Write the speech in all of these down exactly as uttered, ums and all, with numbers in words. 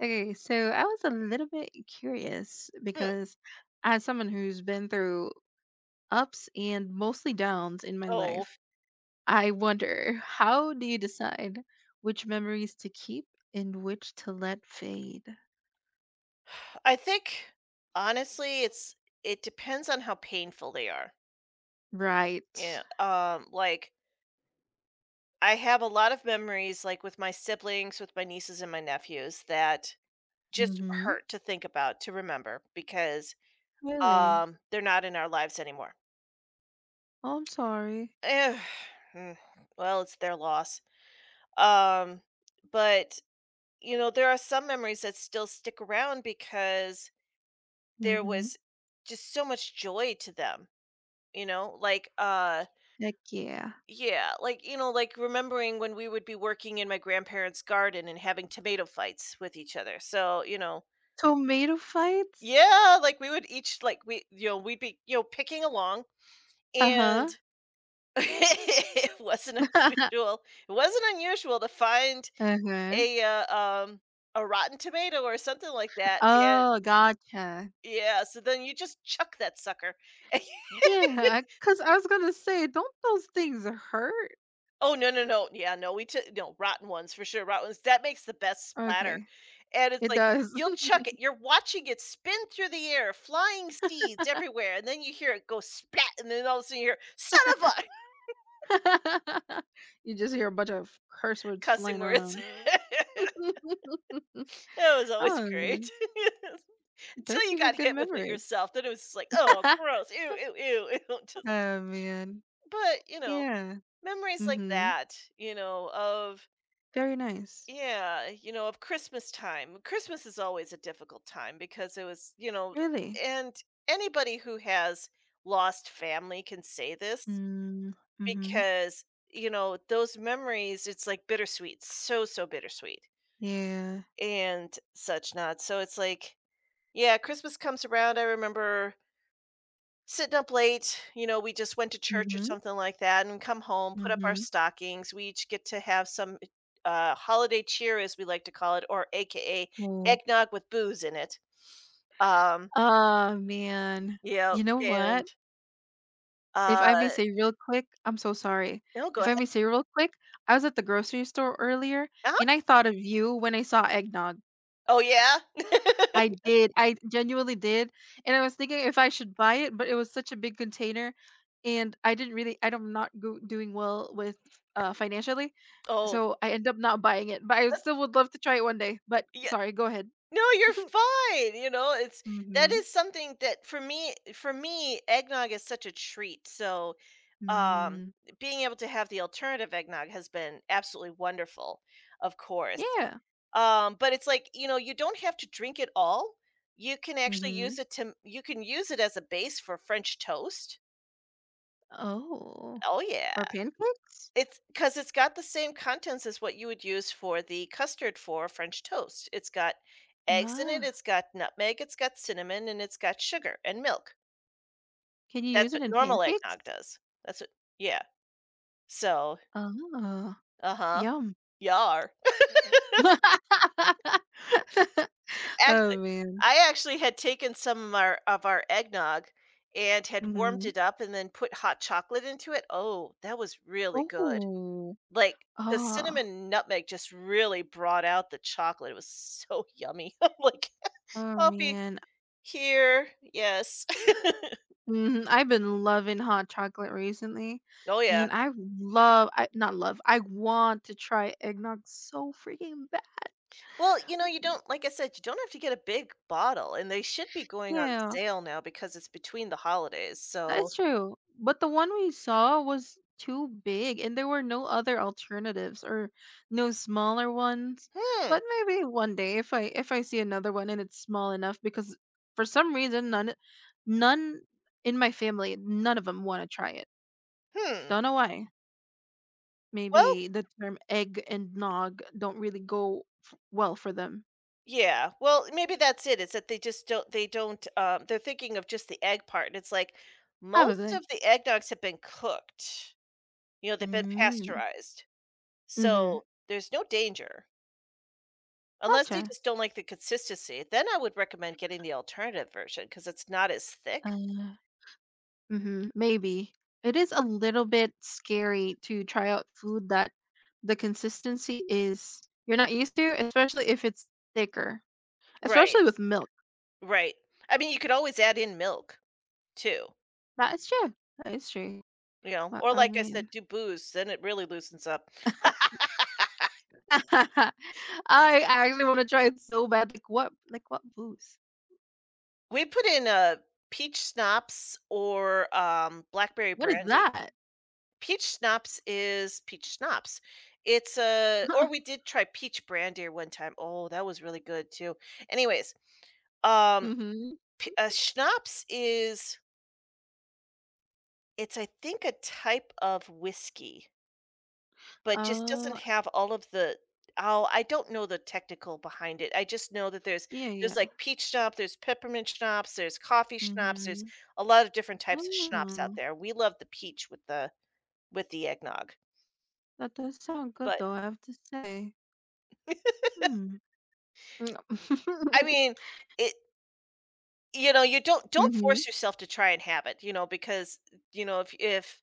Okay, so I was a little bit curious Hmm, because as someone who's been through ups and mostly downs in my oh, life, I wonder, how do you decide which memories to keep and which to let fade? I think honestly, it's it depends on how painful they are. Right. Yeah, um, like I have a lot of memories, like with my siblings, with my nieces and my nephews, that just Mm-hmm. hurt to think about, to remember, because Really? um, they're not in our lives anymore. Oh, I'm sorry. Eh, mm, well, it's their loss. Um, but you know, there are some memories that still stick around because there Mm-hmm. was just so much joy to them, you know, like uh Heck yeah. yeah, like, you know, like remembering when we would be working in my grandparents' garden and having tomato fights with each other, so you know. Tomato fights? Yeah, like we would each like we you know we'd be, you know, picking along, Uh-huh. and it wasn't unusual, it wasn't unusual to find Uh-huh. a uh, um a rotten tomato or something like that, and Oh, gotcha. yeah, so then you just chuck that sucker. Yeah, because I was gonna say, don't those things hurt? Oh, no, no, no. Yeah, no, we took no, rotten ones for sure, rotten ones. That makes the best splatter, Okay. and it's It like, does. you'll chuck it, you're watching it spin through the air, flying seeds everywhere, and then you hear it go splat, and then all of a sudden you hear, "Son of a." You just hear a bunch of curse words Cussing flying words. around. That was always Oh, great. Until those you seem like got good hit with it memories. yourself, then it was just like, "Oh, gross. Ew, ew, ew, ew." Just Oh, man. but, you know, Yeah. memories like Mhm. that, you know, of, Very nice. yeah, you know, of Christmas time. Christmas is always a difficult time because it was, you know, Really? and anybody who has lost family can say this Mm, mhm. because, you know, those memories, it's like bittersweet, so, so bittersweet Yeah. and such not. So it's like, yeah, Christmas comes around. I remember sitting up late, you know, we just went to church or Mhm. something like that and come home, put up our Mhm. stockings. We each get to have some uh, holiday cheer, as we like to call it, or A K A Oh. eggnog with booze in it. Um, Oh, man. yeah, You know and what? If I may uh, say real quick, I'm so sorry. no, go If I ahead. may say real quick, I was at the grocery store earlier, Huh? and I thought of you when I saw eggnog. Oh yeah. I did, I genuinely did, and I was thinking if I should buy it, but it was such a big container, and I didn't really, I'm not go doing well with, uh, financially, Oh, so I end up not buying it, but I that's, still would love to try it one day, but yeah. sorry, go ahead. No, you're fine. You know, it's that Mhm. is something that for me, for me, eggnog is such a treat. So um, Mm. being able to have the alternative eggnog has been absolutely wonderful, of course. Yeah. Um, but it's like, you know, you don't have to drink it all. You can actually use Mhm. it to you can use it as a base for French toast. Oh. Oh yeah. Or pancakes? It's because it's got the same contents as what you would use for the custard for French toast. It's got eggs in it, Ah. it's got nutmeg, it's got cinnamon, and it's got sugar and milk. Can you use That's it what in normal pancakes? eggnog does. That's what, yeah. So, Oh, uh-huh. yum. Yar. Oh, Actually, man. I actually had taken some of our of our eggnog and had warmed Mhm. it up and then put hot chocolate into it. Oh, that was really good. Oh. Like, the Oh, cinnamon nutmeg just really brought out the chocolate. It was so yummy. I'm like, oh "I'll be man. here." Yes. Mhm, I've been loving hot chocolate recently, Oh, yeah. and I love. I not love. I want to try eggnog so freaking bad. Well, you know, you don't like I said, you don't have to get a big bottle, and they should be going on Yeah, sale now because it's between the holidays, so that's true. But the one we saw was too big, and there were no other alternatives or no smaller ones. hmm, But maybe one day if I if I see another one and it's small enough, because for some reason none none in my family, none of them want to try it. hmm. Don't know why. Well, Maybe the term egg and nog don't really go f well for them. yeah. Well, maybe that's it. It's that they just don't they don't um they're thinking of just the egg part. And it's like most Probably. of the eggnogs have been cooked. You know, they've been Mm, pasteurized. mhm. So there's no danger. Unless they Gotcha. just don't like the consistency. Then I would recommend getting the alternative version because it's not as thick. Uh Mhm, maybe. It is a little bit scary to try out food that the consistency is you're not used to, especially if it's thicker, Right. especially with milk. Right. I mean, you could always add in milk too, That is true. That is true. you know, But, or I like I said, mean, do booze, then it really loosens up. I actually wanna try it so bad. Like, what like, what booze? We put in a peach schnapps or um blackberry What is brandy. that? Peach schnapps is peach schnapps. It's a, or we did try peach brandy one time. Oh, that was really good too. Anyways, Mm. um, Mhm. p- a schnapps is, it's I think a type of whiskey, but just doesn't Oh. have all of the. Oh, I don't know the technical behind it. I just know that there's Yeah, yeah. there's like peach schnapps, there's peppermint schnapps, there's coffee schnapps, there's Mhm. a lot of different types of schnapps out Oh, there. We love the peach with the with the eggnog, that does sound good but though, I have to say. Hmm. I mean, it, you know, you don't, don't Mhm. force yourself to try and have it, you know, because, you know, if if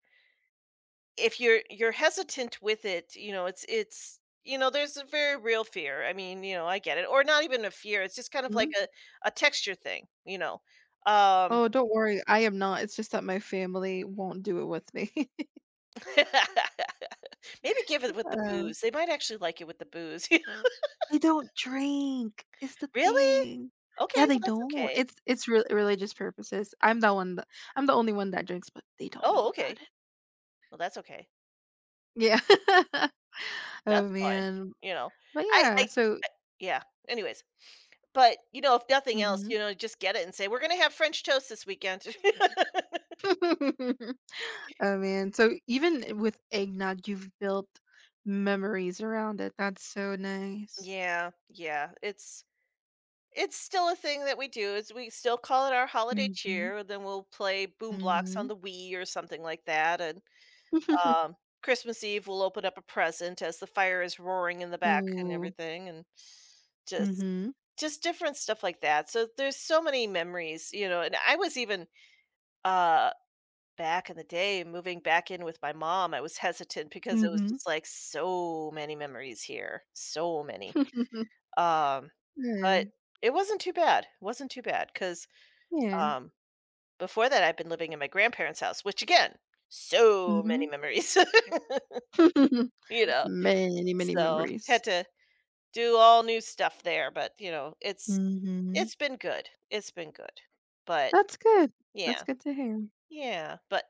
if you're, you're hesitant with it, you know, it's it's you know, there's a very real fear. I mean, you know, I get it. Or not even a fear, it's just kind of like Mhm. a a texture thing, you know. Um Oh, don't worry, I am not, it's just that my family won't do it with me. Maybe give it with the Uh, booze. They might actually like it with the booze. they don't drink, it's the Really? thing. Yeah, Okay, they well, that's don't. okay. It's it's re religious purposes. I'm the one that I'm the only one that drinks, but they don't know Oh, okay. about it. Well, that's okay. Yeah. Oh, That's fine, man. you know. But I yeah, I so yeah. Anyways, but, you know, if nothing else, Mhm. you know, just get it and say, "We're gonna have French toast this weekend." Oh, man. So even with eggnog, you've built memories around it. That's so nice. Yeah, yeah, it's it's still a thing that we do, is we still call it our holiday Mhm. cheer, and then we'll play Boom Blocks on Mhm. the Wii or something like that, and, um, Christmas Eve, we'll open up a present as the fire is roaring in the back and Ooh. everything, and just Mhm. just different stuff like that, so there's so many memories, you know, and I was even, uh back in the day, moving back in with my mom, I was hesitant because it was Mhm. just, like, so many memories here, so many. Um, Yeah. but it wasn't too bad. It wasn't too bad, 'cause, Yeah. um, before that, I've been living in my grandparents' house, which again, so many Mhm. memories, you know? Many, many So, had memories. to do all new stuff there, but, you know, it's Mhm. it's been good, it's been good. But That's good. That's yeah. good to hear. Yeah, but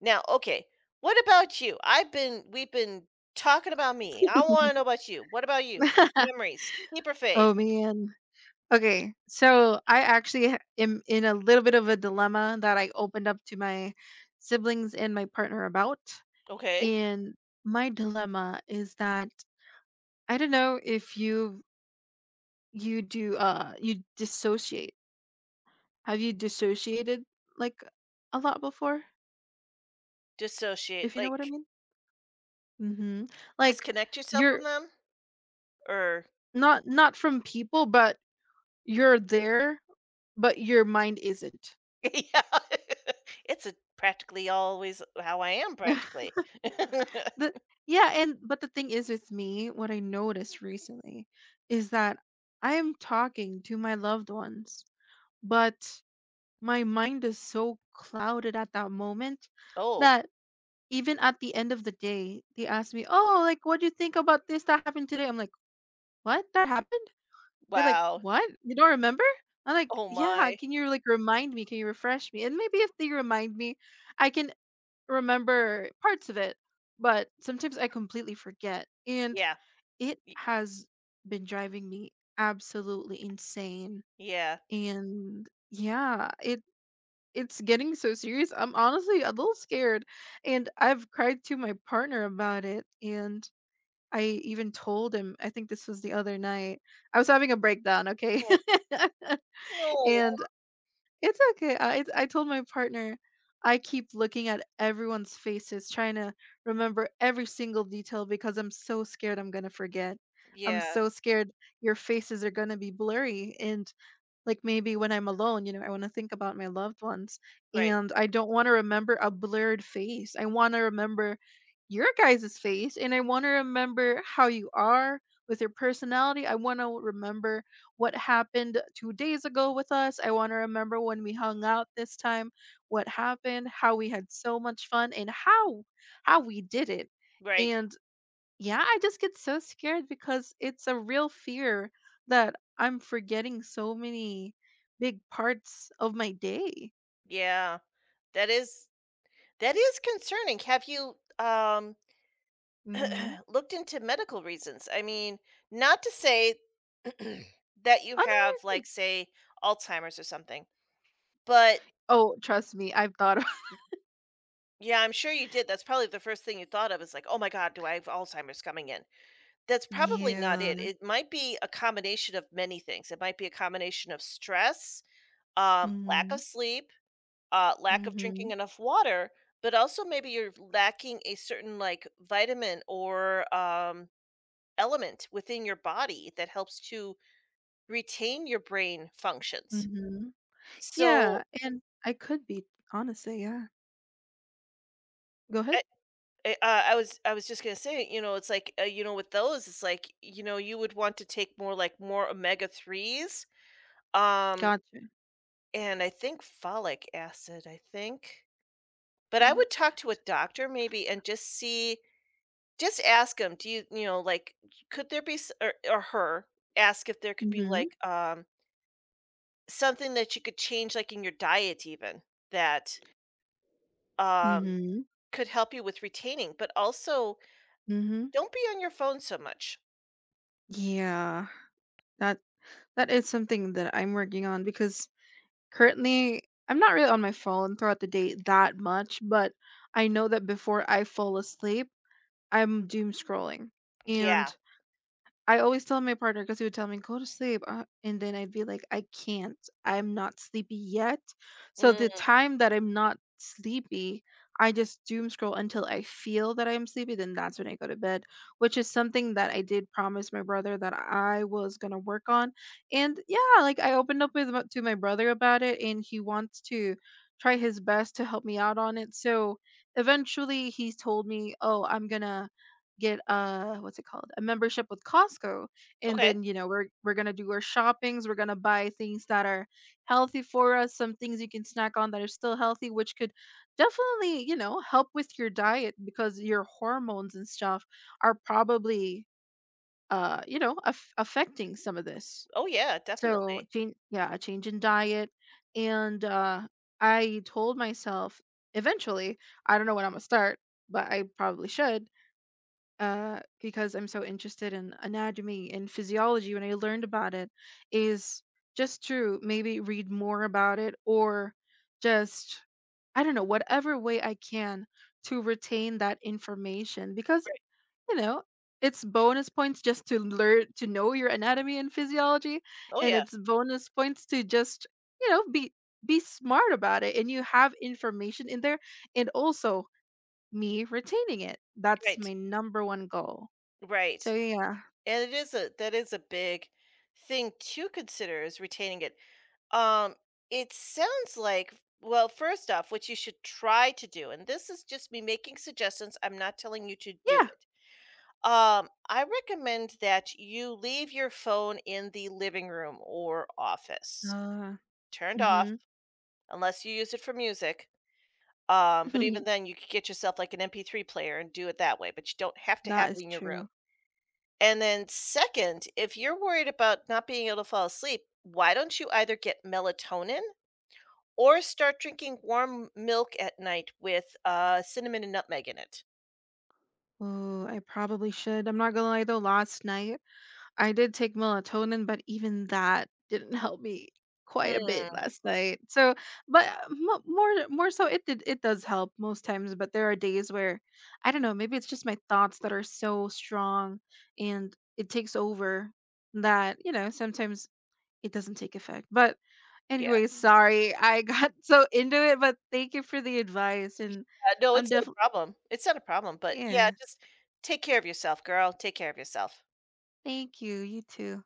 now, okay, what about you? I've been we've been talking about me. I want to know about you. What about you? Memories, keep or fade? Oh, man. Okay. So I actually ha- am in a little bit of a dilemma that I opened up to my siblings and my partner about. Okay, And my dilemma is that I don't know if you you do, uh you dissociate. Have you dissociated like a lot before? dissociate, If you know what I like, mean? Mm-hmm. Like, disconnect yourself you're from them, or not not from people, but you're there, but your mind isn't. yeah, it's a, practically always how I am, practically. the, yeah, and but the thing is with me, what I noticed recently is that I am talking to my loved ones, but my mind is so clouded at that moment Oh, that even at the end of the day, they ask me, "Oh, like, what do you think about this that happened today?" I'm like, "What? That happened?" They're like, wow, "What? You don't remember?" I'm like, oh "Yeah, my, can you like remind me? Can you refresh me?" And maybe if they remind me, I can remember parts of it, but sometimes I completely forget. And yeah, it y- has been driving me absolutely insane. yeah, And yeah, it it's getting so serious. I'm honestly a little scared, and I've cried to my partner about it, and I even told him, I think this was the other night. I was having a breakdown, okay? no, And it's okay. I I told my partner I keep looking at everyone's faces, trying to remember every single detail because I'm so scared I'm gonna forget. I'm yeah, so scared your faces are gonna be blurry, and like, maybe when I'm alone, you know, I wanna think about my loved ones, right, and I don't wanna remember a blurred face. I wanna remember your guys' face, and I wanna remember how you are with your personality. I wanna remember what happened two days ago with us. I wanna remember when we hung out this time, what happened, how we had so much fun, and how how we did it. right, And yeah, I just get so scared because it's a real fear that I'm forgetting so many big parts of my day. yeah. That is that is concerning. Have you, um, Mm-hmm. looked into medical reasons? I mean, not to say that you Oh no, have, you're like, good. say, Alzheimer's or something, but Oh, trust me, I've thought of. yeah, I'm sure you did. That's probably the first thing you thought of, is like, "Oh my god, do I have Alzheimer's coming in?" That's probably not it. Yeah. It might be a combination of many things. It might be a combination of stress, um, lack of Hmm. sleep, uh, lack of drinking Hmm. enough water, but also maybe you're lacking a certain, like, vitamin or, um element within your body that helps to retain your brain functions. Hmm. So, Yeah, and I could be, honestly, yeah. Go ahead. I I, uh, I was I was just gonna say, you know, it's like, uh, you know, with those, it's like, you know, you would want to take more like more omega threes, um, Gotcha. and I think folic acid, I think. But I Pollock. would talk to a doctor maybe and just see, just ask ask 'em, do you, you know, like, could there be s or or her, ask if there could be, Hmm. like, um, something that you could change, like, in your diet even that um, Hmm. could help you with retaining, but also Hmm. don't be on your phone so much. Yeah. That that is something that I'm working on, because currently, I'm not really on my phone throughout the day that much, but I know that before I fall asleep, I'm doom scrolling. Yeah. And I always tell my partner because he would tell me, "Go to sleep," uh, and then I'd be like, "I can't. I'm not sleepy yet." So the Mm, time that I'm not sleepy, I just doom scroll until I feel that I'm sleepy. Then that's when I go to bed, which is something that I did promise my brother that I was gonna work on. And yeah, like, I opened up with to my brother about it, and he wants to try his best to help me out on it. So eventually, he's told me, "Oh, I'm gonna get a what's it called? A membership with Costco," and okay. then, you know, we're we're gonna do our shoppings. We're gonna buy things that are healthy for us, some things you can snack on that are still healthy, which could definitely, you know, help with your diet because your hormones and stuff are probably, uh, you know, aff affecting some of this. Oh yeah, So definitely. change, yeah, a change in diet, and uh, I told myself eventually, I don't know when I'm gonna start, but I probably should, uh, because I'm so interested in anatomy and physiology. When I learned about it is just to maybe read more about it, or just, I don't know, whatever way I can to retain that information, because, Right. you know, it's bonus points just to learn to know your anatomy and physiology, Oh and yeah. it's bonus points to just, you know, be be smart about it and you have information in there, and also me retaining it. That's Right. my number one goal. So Right. yeah. And it is a, that is a big thing to consider, is retaining it. Um, it sounds like, well, first off, what you should try to do, and this is just me making suggestions. I'm not telling you to do Yeah. it. Um, I recommend that you leave your phone in the living room or office Uh, turned off, mhm. unless you use it for music. Um, but even then, you could get yourself like an M P three player and do it that way, but you don't have to have That is it in your room. true. And then, second, if you're worried about not being able to fall asleep, why don't you either get melatonin or start drinking warm milk at night with uh, cinnamon and nutmeg in it? Oh, I probably should. I'm not gonna lie though, last night I did take melatonin, but even that didn't help me quite a bit Hmm. last night. So, but uh, mo more more so, it did it does help most times, but there are days where I don't know, maybe it's just my thoughts that are so strong and it takes over that, you know, sometimes it doesn't take effect. But Yeah. anyway, sorry. I got so into it, but thank you for the advice. Yeah. And No, I'm it's not a definitely, problem. It's not a problem. But yeah, yeah. just take care of yourself, girl. Take care of yourself. Thank you. You too.